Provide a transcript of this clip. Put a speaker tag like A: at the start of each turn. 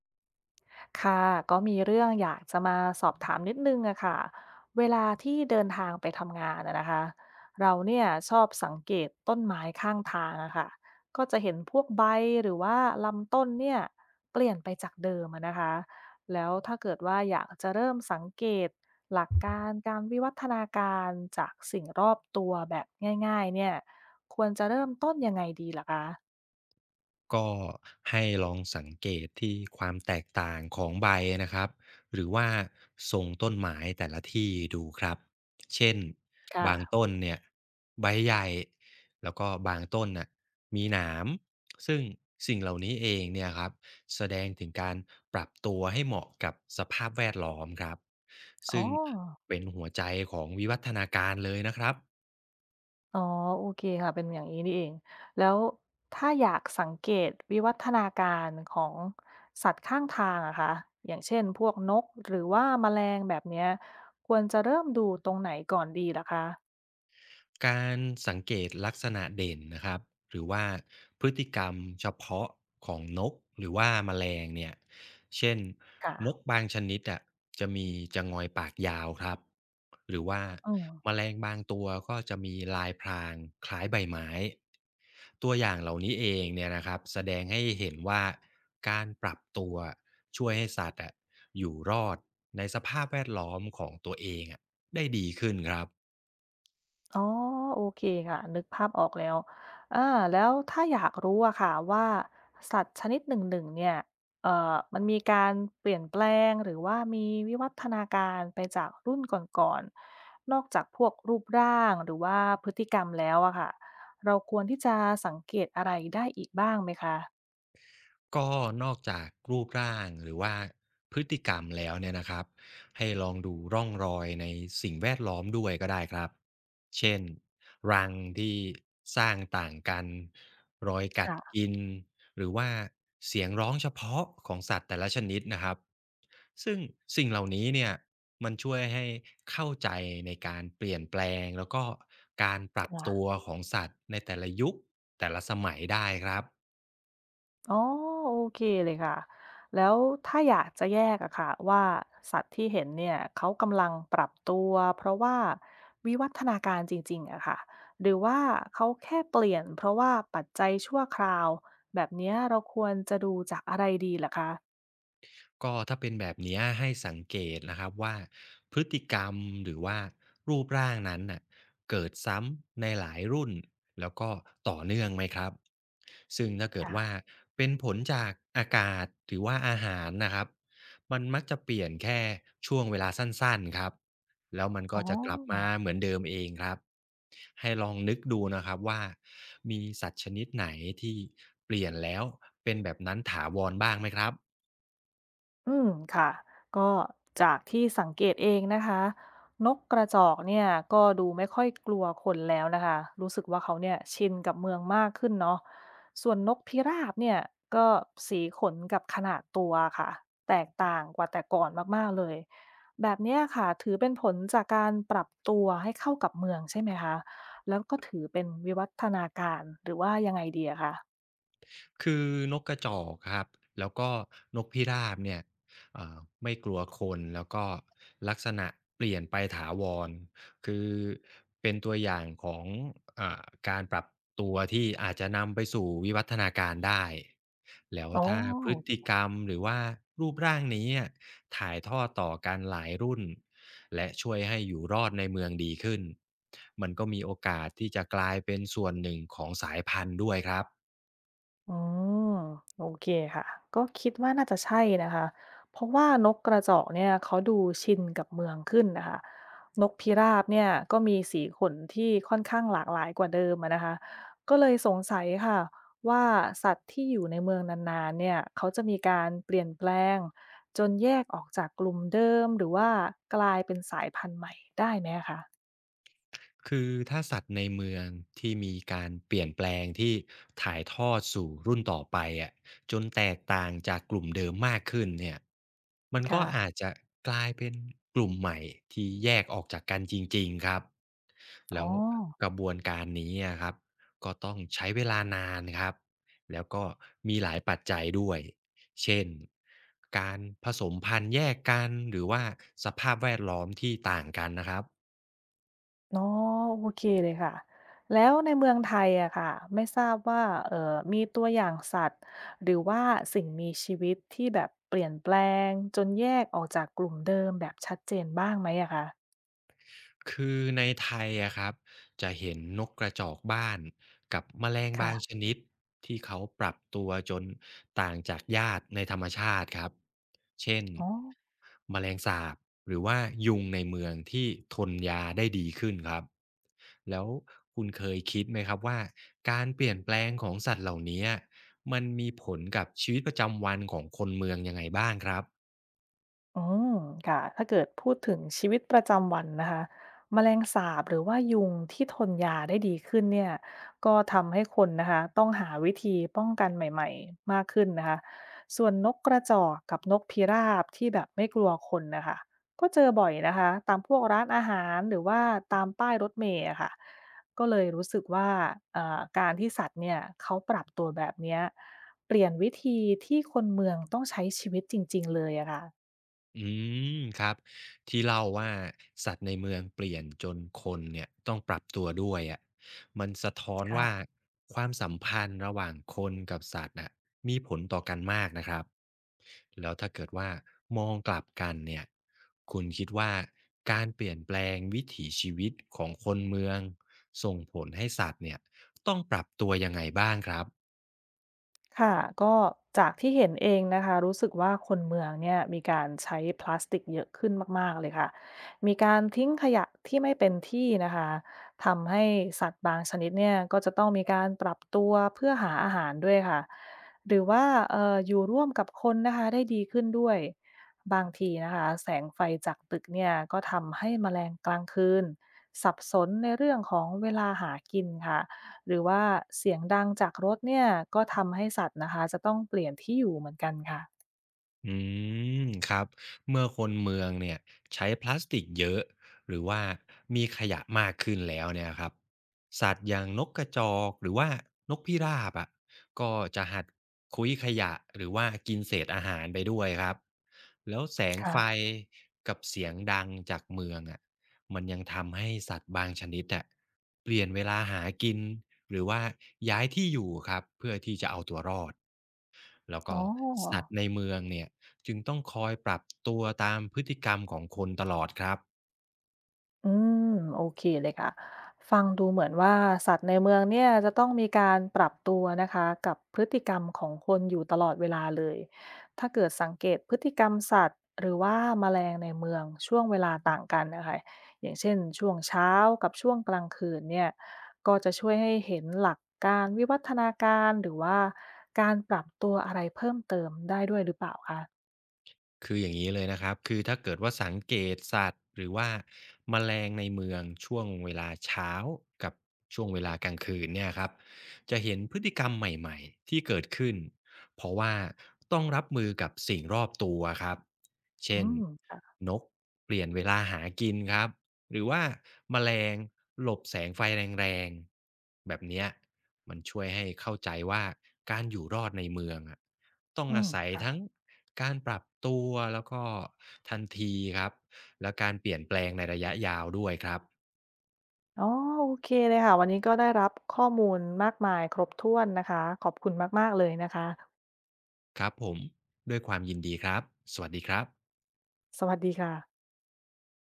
A: ค่ะก็มีเรื่องอยากจะมาสอบถามนิดนึงอะค่ะเวลาที่เดินทางไปทำงานอะนะคะเราเนี่ยชอบสังเกตต้นไม้ข้างทางอะค่ะก็จะเห็นพวกใบหรือว่าลำต้นเนี่ยเปลี่ยนไปจากเดิมอะนะคะแล้วถ้าเกิดว่าอยากจะเริ่มสังเกตหลักการการวิวัฒนาการจากสิ่งรอบตัวแบบง่ายๆเนี่ยควรจะเริ่มต้นยังไงดีล่ะคะ
B: ก็ให้ลองสังเกตที่ความแตกต่างของใบนะครับหรือว่าทรงต้นไม้แต่ละที่ดูครับเช่นบาง
A: ค่ะ
B: ต้นเนี่ยใบใหญ่แล้วก็บางต้นน่ะมีหนามซึ่งสิ่งเหล่านี้เองเนี่ยครับแสดงถึงการปรับตัวให้เหมาะกับสภาพแวดล้อมครับ
A: อ๋อ
B: ซึ่งเป็นหัวใจของวิวัฒนาการเลยนะครับ
A: อ๋อโอเคค่ะเป็นอย่างนี้นี่เองแล้วถ้าอยากสังเกตวิวัฒนาการของสัตว์ข้างทางอะคะอย่างเช่นพวกนกหรือว่าแมลงแบบเนี้ยควรจะเริ่มดูตรงไหนก่อนดีล่ะคะ
B: การสังเกตลักษณะเด่นนะครับหรือว่าพฤติกรรมเฉพาะของนกหรือว่าแมลงเนี่ยเช่น
A: ค่ะ
B: นกบางชนิดอ่ะจะมีจะงอยปากยาวครับหรือว่า
A: อืม
B: แมลงบางตัวก็จะมีลายพรางคล้ายใบไม้ตัวอย่างเหล่านี้เองเนี่ยนะครับแสดงให้เห็นว่าการปรับตัวช่วยให้สัตว์อ่ะอยู่รอดในสภาพแวดล้อมของตัวเองอ่ะได้ดีขึ้นครับ
A: อ๋อโอเคค่ะนึกภาพออกแล้วอาแล้วถ้าอยากรู้อะค่ะว่าสัตว์ชนิดหนึ่งๆเนี่ยมันมีการเปลี่ยนแปลงหรือว่ามีวิวัฒนาการไปจากรุ่นก่อนๆนอกจากพวกรูปร่างหรือว่าพฤติกรรมแล้วอะค่ะเราควรที่จะสังเกตอะไรได้อีกบ้างไหมคะ
B: ก็นอกจากรูปร่างหรือว่าพฤติกรรมแล้วเนี่ยนะครับให้ลองดูร่องรอยในสิ่งแวดล้อมด้วยก็ได้ครับเช่นรังที่สร้างต่างกันรอยกัด
A: ค่ะ
B: กินหรือว่าเสียงร้องเฉพาะของสัตว์แต่ละชนิดนะครับซึ่งสิ่งเหล่านี้เนี่ยมันช่วยให้เข้าใจในการเปลี่ยนแปลงแล้วก็การปรับ
A: ค่ะ
B: ตัวของสัตว์ในแต่ละยุคแต่ละสมัยได้ครับ
A: อ๋อโอเคเลยค่ะแล้วถ้าอยากจะแยกอะค่ะว่าสัตว์ที่เห็นเนี่ยเขากำลังปรับตัวเพราะว่าวิวัฒนาการจริงๆอะค่ะหรือว่าเขาแค่เปลี่ยนเพราะว่าปัจจัยชั่วคราวแบบเนี้ยเราควรจะดูจากอะไรดีล่ะคะ
B: ก็ถ้าเป็นแบบเนี้ยให้สังเกตนะครับว่าพฤติกรรมหรือว่ารูปร่างนั้นน่ะเกิดซ้ำในหลายรุ่นแล้วก็ต่อเนื่องไหมครับซึ่งถ้าเกิดว่า
A: ค่ะ
B: เป็นผลจากอากาศหรือว่าอาหารนะครับมันมักจะเปลี่ยนแค่ช่วงเวลาสั้นๆครับแล้วมัน
A: อ๋อ
B: ก็จะกลับมาเหมือนเดิมเองครับให้ลองนึกดูนะครับว่ามีสัตว์ชนิดไหนที่เปลี่ยนแล้วเป็นแบบนั้นถาวรบ้างไหมครับ
A: อืมค่ะก็จากที่สังเกตเองนะคะนกกระจอกเนี่ยก็ดูไม่ค่อยกลัวคนแล้วนะคะรู้สึกว่าเขาเนี่ยชินกับเมืองมากขึ้นเนาะส่วนนกพิราบเนี่ยก็สีขนกับขนาดตัวค่ะแตกต่างกว่าแต่ก่อนมากๆเลยแบบเนี้ยค่ะถือเป็นผลจากการปรับตัวให้เข้ากับเมืองใช่ไหมคะแล้วก็ถือเป็นวิวัฒนาการหรือว่ายังไงดีอะคะ
B: คือนกกระจอกครับแล้วก็นกพิราบเนี่ยเอ่อไม่กลัวคนแล้วก็ลักษณะเปลี่ยนไปถาวรคือเป็นตัวอย่างของเออการปรับตัวที่อาจจะนำไปสู่วิวัฒนาการได้แล้ว
A: อ๋อ
B: ถ้าพฤติกรรมหรือว่ารูปร่างนี้อะถ่ายทอดต่อกันหลายรุ่นและช่วยให้อยู่รอดในเมืองดีขึ้นมันก็มีโอกาสที่จะกลายเป็นส่วนหนึ่งของสายพันธุ์ด้วยครับ
A: อือโอเคค่ะก็คิดว่าน่าจะใช่นะคะเพราะว่านกกระจอกเนี่ยเขาดูชินกับเมืองขึ้นนะคะนกพิราบเนี่ยก็มีสีขนที่ค่อนข้างหลากหลายกว่าเดิมอะนะคะก็เลยสงสัยค่ะว่าสัตว์ที่อยู่ในเมืองนานๆเนี่ยเขาจะมีการเปลี่ยนแปลงจนแยกออกจากกลุ่มเดิมหรือว่ากลายเป็นสายพันธุ์ใหม่ได้ไหมคะ
B: คือถ้าสัตว์ในเมืองที่มีการเปลี่ยนแปลงที่ถ่ายทอดสู่รุ่นต่อไปอะจนแตกต่างจากกลุ่มเดิมมากขึ้นเนี่ยมันก็
A: ค่ะ
B: อาจจะกลายเป็นกลุ่มใหม่ที่แยกออกจากกันจริงๆครับ
A: อ๋อ
B: แล้วกระบวนการนี้อะครับก็ต้องใช้เวลานานครับแล้วก็มีหลายปัจจัยด้วยเช่นการผสมพันธุ์แยกกันหรือว่าสภาพแวดล้อมที่ต่างกันนะครับ
A: อ๋อโอเคเลยค่ะแล้วในเมืองไทยอะค่ะไม่ทราบว่ามีตัวอย่างสัตว์หรือว่าสิ่งมีชีวิตที่แบบเปลี่ยนแปลงจนแยกออกจากกลุ่มเดิมแบบชัดเจนบ้างไหมอะคะ
B: คือในไทยอะครับจะเห็นนกกระจอกบ้านกับแมลงบางช
A: ค่ะ
B: นิดที่เขาปรับตัวจนต่างจากญาติในธรรมชาติครับเช่น
A: อ๋อ
B: แมลงสาบหรือว่ายุงในเมืองที่ทนยาได้ดีขึ้นครับแล้วคุณเคยคิดไหมครับว่าการเปลี่ยนแปลงของสัตว์เหล่านี้มันมีผลกับชีวิตประจำวันของคนเมืองยังไงบ้างครับ
A: อืมค่ะถ้าเกิดพูดถึงชีวิตประจำวันนะคะแมลงสาบหรือว่ายุงที่ทนยาได้ดีขึ้นเนี่ยก็ทำให้คนนะคะต้องหาวิธีป้องกันใหม่ๆมากขึ้นนะคะส่วนนกกระจอกกับนกพิราบที่แบบไม่กลัวคนนะคะก็เจอบ่อยนะคะตามพวกร้านอาหารหรือว่าตามป้ายรถเมล์อะค่ะก็เลยรู้สึกว่าการที่สัตว์เนี่ยเขาปรับตัวแบบเนี้ยเปลี่ยนวิธีที่คนเมืองต้องใช้ชีวิตจริงๆเลยอะค่ะ
B: อืมครับที่เล่าว่าสัตว์ในเมืองเปลี่ยนจนคนเนี่ยต้องปรับตัวด้วยอะมันสะท้อน
A: ค่ะ
B: ว่าความสัมพันธ์ระหว่างคนกับสัตว์น่ะมีผลต่อกันมากนะครับแล้วถ้าเกิดว่ามองกลับกันเนี่ยคุณคิดว่าการเปลี่ยนแปลงวิถีชีวิตของคนเมืองส่งผลให้สัตว์เนี่ยต้องปรับตัวยังไงบ้างครับ
A: ค่ะก็จากที่เห็นเองนะคะรู้สึกว่าคนเมืองเนี่ยมีการใช้พลาสติกเยอะขึ้นมากๆเลยค่ะมีการทิ้งขยะที่ไม่เป็นที่นะคะทำให้สัตว์บางชนิดเนี่ยก็จะต้องมีการปรับตัวเพื่อหาอาหารด้วยค่ะหรือว่าอยู่ร่วมกับคนนะคะได้ดีขึ้นด้วยบางทีนะคะแสงไฟจากตึกเนี่ยก็ทำให้แมลงกลางคืนสับสนในเรื่องของเวลาหากินค่ะ หรือว่าเสียงดังจากรถเนี่ยก็ทำให้สัตว์นะคะจะต้องเปลี่ยนที่อยู่เหมือนกันค่ะ
B: อืมครับเมื่อคนเมืองเนี่ยใช้พลาสติกเยอะหรือว่ามีขยะมากขึ้นแล้วเนี่ยครับสัตว์อย่างนกกระจอกหรือว่านกพิราบอ่ะก็จะหัดคุ้ยขยะหรือว่ากินเศษอาหารไปด้วยครับแล้วแสงไฟ
A: ค่ะ
B: กับเสียงดังจากเมืองอ่ะมันยังทำให้สัตว์บางชนิดอ่ะเปลี่ยนเวลาหากินหรือว่าย้ายที่อยู่ครับเพื่อที่จะเอาตัวรอด แล้ว
A: อ๋
B: ก็สัต
A: อ
B: ว์ในเมืองเนี่ยจึงต้องคอยปรับตัวตามพฤติกรรมของคนตลอดครับ
A: อืมโอเคเลยค่ะฟังดูเหมือนว่าสัตว์ในเมืองเนี่ยจะต้องมีการปรับตัวนะคะกับพฤติกรรมของคนอยู่ตลอดเวลาเลยถ้าเกิดสังเกตพฤติกรรมสัตว์หรือว่าแมลงในเมืองช่วงเวลาต่างกันนะคะอย่างเช่นช่วงเช้ากับช่วงกลางคืนเนี่ยก็จะช่วยให้เห็นหลักการวิวัฒนาการหรือว่าการปรับตัวอะไรเพิ่มเติมได้ด้วยหรือเปล่าคะ
B: คืออย่างนี้เลยนะครับคือถ้าเกิดว่าสังเกตสัตว์หรือว่าแมลงในเมืองช่วงเวลาเช้ากับช่วงเวลากลางคืนเนี่ยครับจะเห็นพฤติกรรมใหม่ๆที่เกิดขึ้นเพราะว่าต้องรับมือกับสิ่งรอบตัวครับ
A: อื
B: เช่น
A: มค่ะ
B: นกเปลี่ยนเวลาหากินครับหรือว่าแมลงหลบแสงไฟแรงๆแบบเนี้ยมันช่วยให้เข้าใจว่าการอยู่รอดในเมืองอะต้อง
A: อื
B: อา
A: ม
B: ศัยทั้ง
A: ค่ะ
B: การปรับตัวแล้วก็ทันทีครับและการเปลี่ยนแปลงในระยะยาวด้วยครับ
A: อ๋อโอเคเลยค่ะวันนี้ก็ได้รับข้อมูลมากมายครบถ้วนนะคะขอบคุณมากๆเลยนะคะ
B: ครับผมด้วยความยินดีครับสวัสดีครับ
A: สวัสดีค่ะ